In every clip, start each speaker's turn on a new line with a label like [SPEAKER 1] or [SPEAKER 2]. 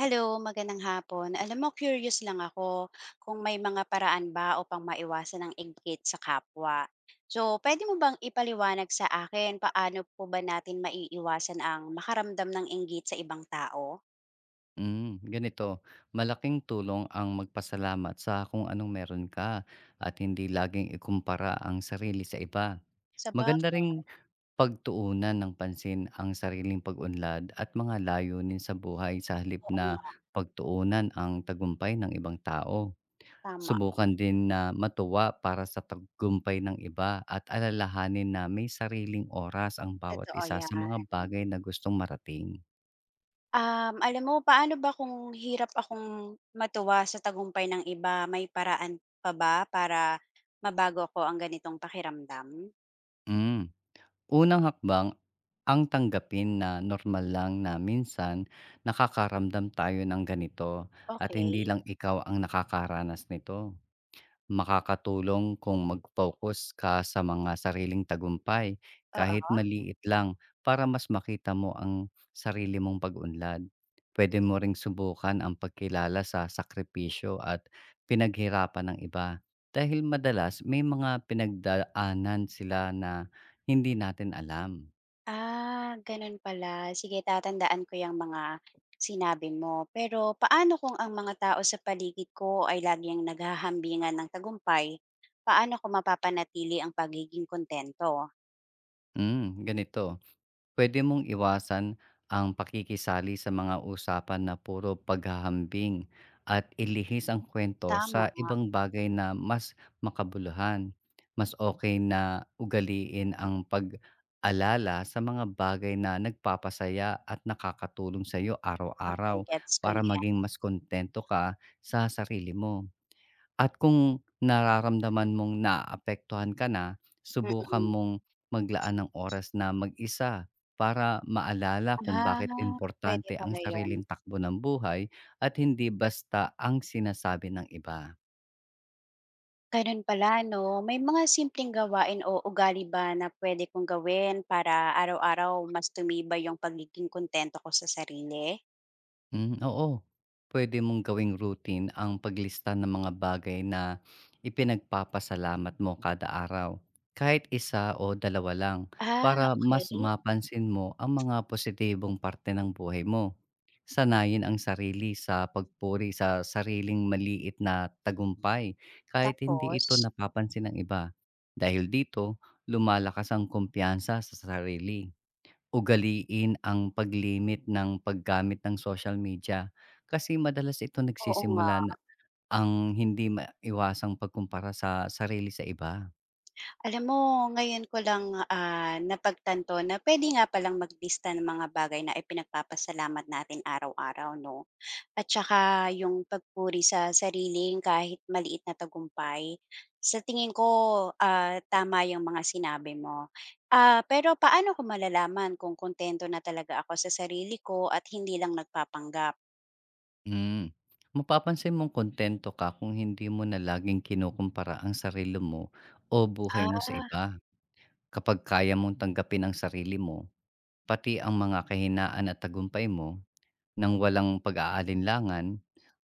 [SPEAKER 1] Hello, magandang hapon. Alam mo, curious lang ako kung may mga paraan ba upang maiwasan ang inggit sa kapwa. So, pwede mo bang ipaliwanag sa akin paano po ba natin maiiwasan ang makaramdam ng inggit sa ibang tao?
[SPEAKER 2] Malaking tulong ang magpasalamat sa kung anong meron ka at hindi laging ikumpara ang sarili sa iba.
[SPEAKER 1] Sabagay,
[SPEAKER 2] Maganda ring pagtuunan ng pansin ang sariling pag-unlad at mga layunin sa buhay sa halip
[SPEAKER 1] oo
[SPEAKER 2] na
[SPEAKER 1] nga,
[SPEAKER 2] pagtuunan ang tagumpay ng ibang tao.
[SPEAKER 1] tama.
[SPEAKER 2] Subukan din na matuwa para sa tagumpay ng iba at alalahanin na may sariling oras ang bawat
[SPEAKER 1] Totoo
[SPEAKER 2] isa sa
[SPEAKER 1] yan.
[SPEAKER 2] mga bagay na gustong marating.
[SPEAKER 1] Alam mo, paano ba kung hirap akong matuwa sa tagumpay ng iba, may paraan pa ba para mabago ko ang ganitong pakiramdam?
[SPEAKER 2] Mm. Unang hakbang ang tanggapin na normal lang na minsan nakakaramdam tayo ng ganito at hindi
[SPEAKER 1] Okay,
[SPEAKER 2] lang ikaw ang nakakaranas nito. Makakatulong kung mag-focus ka sa mga sariling tagumpay, kahit
[SPEAKER 1] oo.
[SPEAKER 2] maliit lang, para mas makita mo ang sarili mong pag-unlad. Pwede mo ring subukan ang pagkilala sa sakripisyo at pinaghirapan ng iba. Dahil madalas may mga pinagdaanan sila na hindi natin alam.
[SPEAKER 1] Ah, ganun pala. Sige, tatandaan ko yung mga sinabi mo. Pero paano kung ang mga tao sa paligid ko ay laging naghahambingan ng tagumpay? Paano ko mapapanatili ang pagiging kontento?
[SPEAKER 2] Mm, ganito. Puwede mong iwasan ang pakikisali sa mga usapan na puro paghahambing at ilihis ang kwento sa
[SPEAKER 1] Tama nga.
[SPEAKER 2] ibang bagay na mas makabuluhan. Mas okay na ugaliin ang pag-alala sa mga bagay na nagpapasaya at nakakatulong sa'yo araw-araw
[SPEAKER 1] Okay, gets ko
[SPEAKER 2] para
[SPEAKER 1] na 'yan.
[SPEAKER 2] maging mas kontento ka sa sarili mo. At kung nararamdaman mong naaapektuhan ka na, subukan
[SPEAKER 1] Mm.
[SPEAKER 2] mong maglaan ng oras na mag-isa para maalala kung bakit
[SPEAKER 1] Ah, pwede
[SPEAKER 2] importante ang
[SPEAKER 1] pala 'yun.
[SPEAKER 2] sariling takbo ng buhay at hindi basta ang sinasabi ng iba.
[SPEAKER 1] Ganun pala 'no. May mga simpleng gawain o ugali ba na pwede kong gawin para araw-araw mas tumibay 'yung pagiging kontento ko sa sarili?
[SPEAKER 2] Hmm, oo. Pwede mong gawing routine ang paglista ng mga bagay na ipinagpapasalamat mo kada araw, kahit isa o dalawa lang,
[SPEAKER 1] Ah,
[SPEAKER 2] para mas
[SPEAKER 1] okay.
[SPEAKER 2] mapansin mo ang mga positibong parte ng buhay mo. Sanayin ang sarili sa pagpuri sa sariling maliit na tagumpay kahit hindi
[SPEAKER 1] Tapos?
[SPEAKER 2] ito napapansin ng iba. Dahil dito, lumalakas ang kumpiyansa sa sarili. Ugaliin ang paglimit ng paggamit ng social media. Kasi madalas ito
[SPEAKER 1] Oo nga.
[SPEAKER 2] nagsisimula na ang hindi maiwasang pagkumpara sa sarili sa iba.
[SPEAKER 1] Alam mo ngayon ko lang, napagtanto na pwede nga palang maglista ng mga bagay na ipinagpapasalamat natin araw-araw 'no? At saka yung pagpuri sa sariling kahit maliit na tagumpay. Sa tingin ko, tama yung mga sinabi mo. Pero paano ko malalaman kung kontento na talaga ako sa sarili ko at hindi lang nagpapanggap?
[SPEAKER 2] Hmm. Mapapansin mong kontento ka kung hindi mo na laging kinukumpara ang sarili mo o buhay mo sa
[SPEAKER 1] Ah,
[SPEAKER 2] iba. Kapag kaya mong tanggapin ang sarili mo, pati ang mga kahinaan at tagumpay mo, nang walang pag-aalinlangan,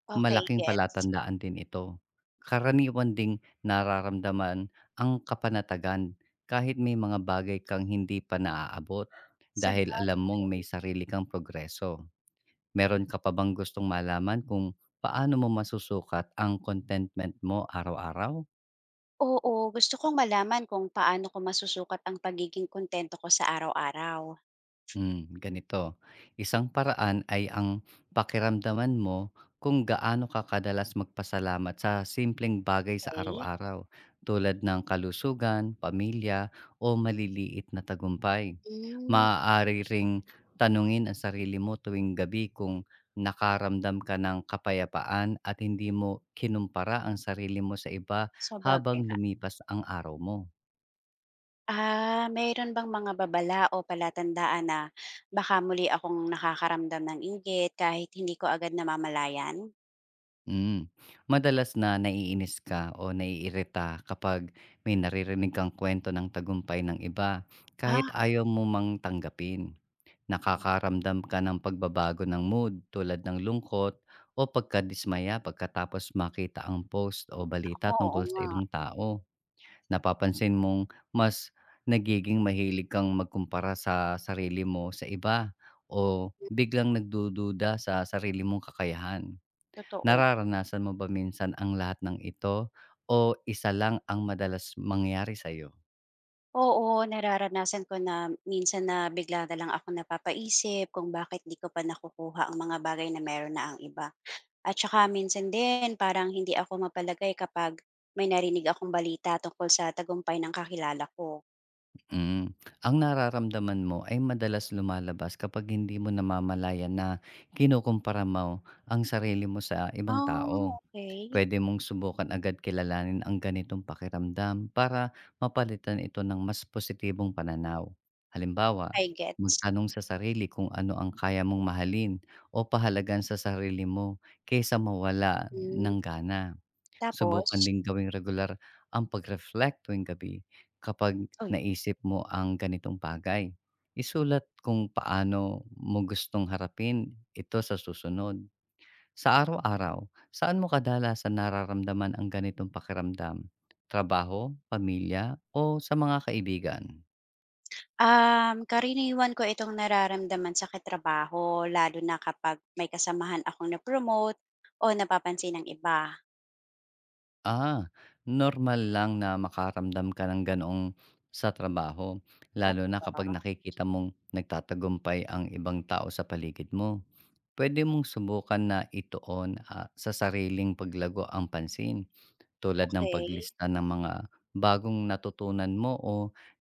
[SPEAKER 1] okay
[SPEAKER 2] malaking
[SPEAKER 1] gets.
[SPEAKER 2] palatandaan din ito. Karaniwan ding nararamdaman ang kapanatagan kahit may mga bagay kang hindi pa naaabot dahil
[SPEAKER 1] Saba.
[SPEAKER 2] alam mong may sarili kang progreso. Meron ka pa bang gustong malaman kung paano mo masusukat ang contentment mo araw-araw?
[SPEAKER 1] Oo, gusto kong malaman kung paano ko masusukat ang pagiging kontento ko sa araw-araw.
[SPEAKER 2] Hmm, ganito. Isang paraan ay ang pakiramdaman mo kung gaano ka kadalas magpasalamat sa simpleng bagay sa
[SPEAKER 1] Okay?
[SPEAKER 2] araw-araw, tulad ng kalusugan, pamilya, o maliliit na tagumpay.
[SPEAKER 1] Hmm,
[SPEAKER 2] Maaari ring tanungin ang sarili mo tuwing gabi kung nakaramdam ka ng kapayapaan at hindi mo kinumpara ang sarili mo sa iba
[SPEAKER 1] bagay
[SPEAKER 2] habang
[SPEAKER 1] nga.
[SPEAKER 2] lumipas ang araw mo.
[SPEAKER 1] Ah, mayroon bang mga babala o palatandaan na baka muli akong nakakaramdam ng inggit kahit hindi ko agad namamalayan?
[SPEAKER 2] Hmm. Madalas na naiinis ka o naiirita kapag may naririnig kang kwento ng tagumpay ng iba, kahit
[SPEAKER 1] Ah,
[SPEAKER 2] ayaw mo mang tanggapin. Nakakaramdam ka ng pagbabago ng mood tulad ng lungkot o pagkadismaya pagkatapos makita ang post o balita
[SPEAKER 1] oo
[SPEAKER 2] tungkol sa
[SPEAKER 1] nga.
[SPEAKER 2] ibang tao. Napapansin mong mas nagiging mahilig kang magkumpara sa sarili mo sa iba o
[SPEAKER 1] Mm,
[SPEAKER 2] biglang nagdududa sa sarili mong kakayahan.
[SPEAKER 1] totoo.
[SPEAKER 2] Nararanasan mo ba minsan ang lahat ng ito o isa lang ang madalas mangyari sa'yo?
[SPEAKER 1] Oo, nararanasan ko na minsan na bigla na lang ako napapaisip kung bakit di ko pa nakukuha ang mga bagay na meron na ang iba. At saka minsan din parang hindi ako mapalagay kapag may narinig akong balita tungkol sa tagumpay ng kakilala ko.
[SPEAKER 2] Hmm, ang nararamdaman mo ay madalas lumalabas kapag hindi mo namamalayan na kinukumpara mo ang sarili mo sa ibang tao.
[SPEAKER 1] Oh, okay.
[SPEAKER 2] Puwede mong subukan agad kilalanin ang ganitong pakiramdam para mapalitan ito ng mas positibong pananaw. Halimbawa,
[SPEAKER 1] I gets.
[SPEAKER 2] magtanong sa sarili kung ano ang kaya mong mahalin o pahalagan sa sarili mo kaysa mawala
[SPEAKER 1] Hmm,
[SPEAKER 2] ng gana.
[SPEAKER 1] tapos?
[SPEAKER 2] Subukan din gawing regular ang pag-reflect tuwing gabi kapag
[SPEAKER 1] Uy,
[SPEAKER 2] naisip mo ang ganitong bagay. Isulat kung paano mo gustong harapin ito sa susunod. Sa araw-araw, saan mo kadalasan nararamdaman ang ganitong pakiramdam? Trabaho, pamilya, o sa mga kaibigan?
[SPEAKER 1] karaniwan ko itong nararamdaman sa katrabaho lalo na kapag may kasamahan akong na-promote o napapansin ng iba.
[SPEAKER 2] Ah, normal lang na makaramdam ka ng ganoong sa trabaho,
[SPEAKER 1] Tama
[SPEAKER 2] lalo na kapag
[SPEAKER 1] ba?
[SPEAKER 2] nakikita mong nagtatagumpay ang ibang tao sa paligid mo. Pwede mong subukan na ituon sa sariling paglago ang pansin, tulad ng
[SPEAKER 1] Okey.
[SPEAKER 2] paglista ng mga bagong natutunan mo o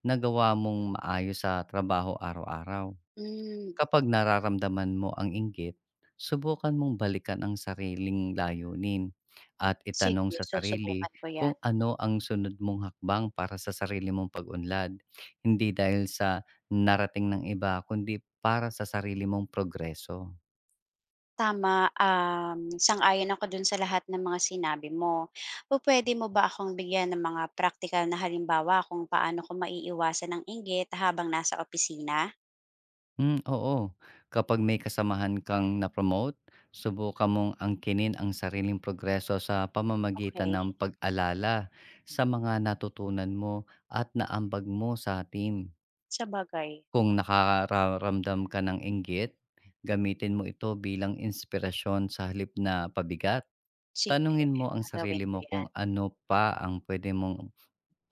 [SPEAKER 2] nagawa mong maayos sa trabaho araw-araw.
[SPEAKER 1] Hmm,
[SPEAKER 2] Kapag nararamdaman mo ang inggit, subukan mong balikan ang sariling layunin at itanong
[SPEAKER 1] sige
[SPEAKER 2] sa sarili
[SPEAKER 1] susubukan ko 'yan.
[SPEAKER 2] kung ano ang sunod mong hakbang para sa sarili mong pag-unlad. Hindi dahil sa narating ng iba, kundi para sa sarili mong progreso.
[SPEAKER 1] Tama, sang-ayon ako dun sa lahat ng mga sinabi mo. Pupuwede mo ba akong bigyan ng mga praktikal na halimbawa kung paano ko maiiwasan ang inggit habang nasa opisina?
[SPEAKER 2] Hmm, oo. Kapag may kasamahan kang na-promote, subukan mong angkinin ang sariling progreso sa pamamagitan
[SPEAKER 1] Okay.
[SPEAKER 2] ng pag-alala sa mga natutunan mo at naambag mo sa team.
[SPEAKER 1] Sa bagay.
[SPEAKER 2] Kung nakararamdam ka ng inggit, gamitin mo ito bilang inspirasyon sa halip na pabigat.
[SPEAKER 1] Sige,
[SPEAKER 2] Tanungin mo ang
[SPEAKER 1] gagawin
[SPEAKER 2] sarili
[SPEAKER 1] ko
[SPEAKER 2] mo kung
[SPEAKER 1] 'yan.
[SPEAKER 2] ano pa ang pwede mong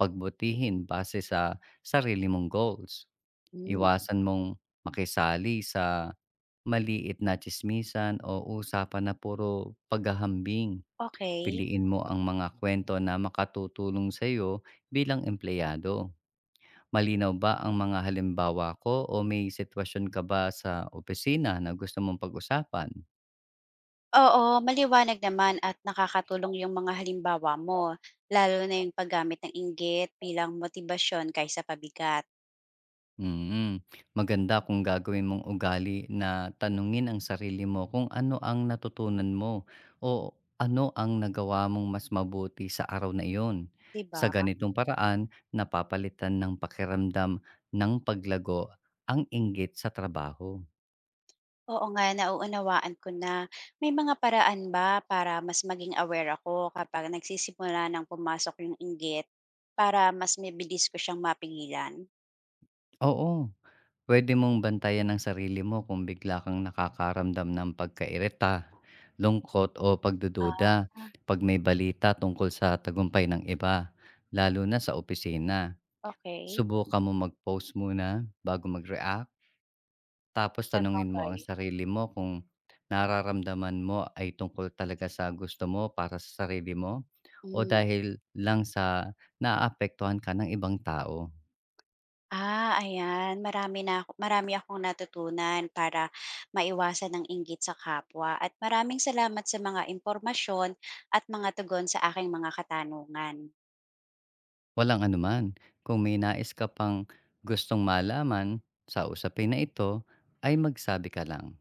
[SPEAKER 2] pagbutihin base sa sarili mong goals.
[SPEAKER 1] Hmm,
[SPEAKER 2] Iwasan mong makisali sa maliit na chismisan o usapan na puro paghahambing.
[SPEAKER 1] okay.
[SPEAKER 2] Piliin mo ang mga kwento na makatutulong sa iyo bilang empleyado. Malinaw ba ang mga halimbawa ko o may sitwasyon ka ba sa opisina na gusto mong pag-usapan?
[SPEAKER 1] Oo, maliwanag naman at nakakatulong yung mga halimbawa mo, lalo na yung paggamit ng inggit bilang motibasyon kaysa pabigat,
[SPEAKER 2] Mm, Maganda kung gagawin mong ugali na tanungin ang sarili mo kung ano ang natutunan mo o ano ang nagawa mong mas mabuti sa araw na iyon.
[SPEAKER 1] 'di
[SPEAKER 2] Sa
[SPEAKER 1] ba?
[SPEAKER 2] ganitong paraan, napapalitan ng pakiramdam ng paglago ang inggit sa trabaho.
[SPEAKER 1] Oo nga, nauunawaan ko na. May mga paraan ba para mas maging aware ako kapag nagsisimula ng pumasok yung inggit para mas mabilis ko siyang mapigilan?
[SPEAKER 2] Oo, puwede mong bantayan ang sarili mo kung bigla kang nakakaramdam ng pagkairita, lungkot o
[SPEAKER 1] Ah,
[SPEAKER 2] pagdududa pag may balita tungkol sa tagumpay ng iba, lalo na sa opisina.
[SPEAKER 1] okay.
[SPEAKER 2] Subukan mo mag-post muna bago mag-react, tapos tanungin mo ang
[SPEAKER 1] Sabagay.
[SPEAKER 2] sarili mo kung nararamdaman mo ay tungkol talaga sa gusto mo para sa sarili mo o
[SPEAKER 1] Mm.
[SPEAKER 2] dahil lang sa naapektuhan ka ng ibang tao.
[SPEAKER 1] Ah, ayan. Marami akong natutunan para maiwasan ng inggit sa kapwa. At maraming salamat sa mga impormasyon at mga tugon sa aking mga katanungan.
[SPEAKER 2] Walang anuman. Kung may nais ka pang gustong malaman sa usapin na ito, ay magsabi ka lang.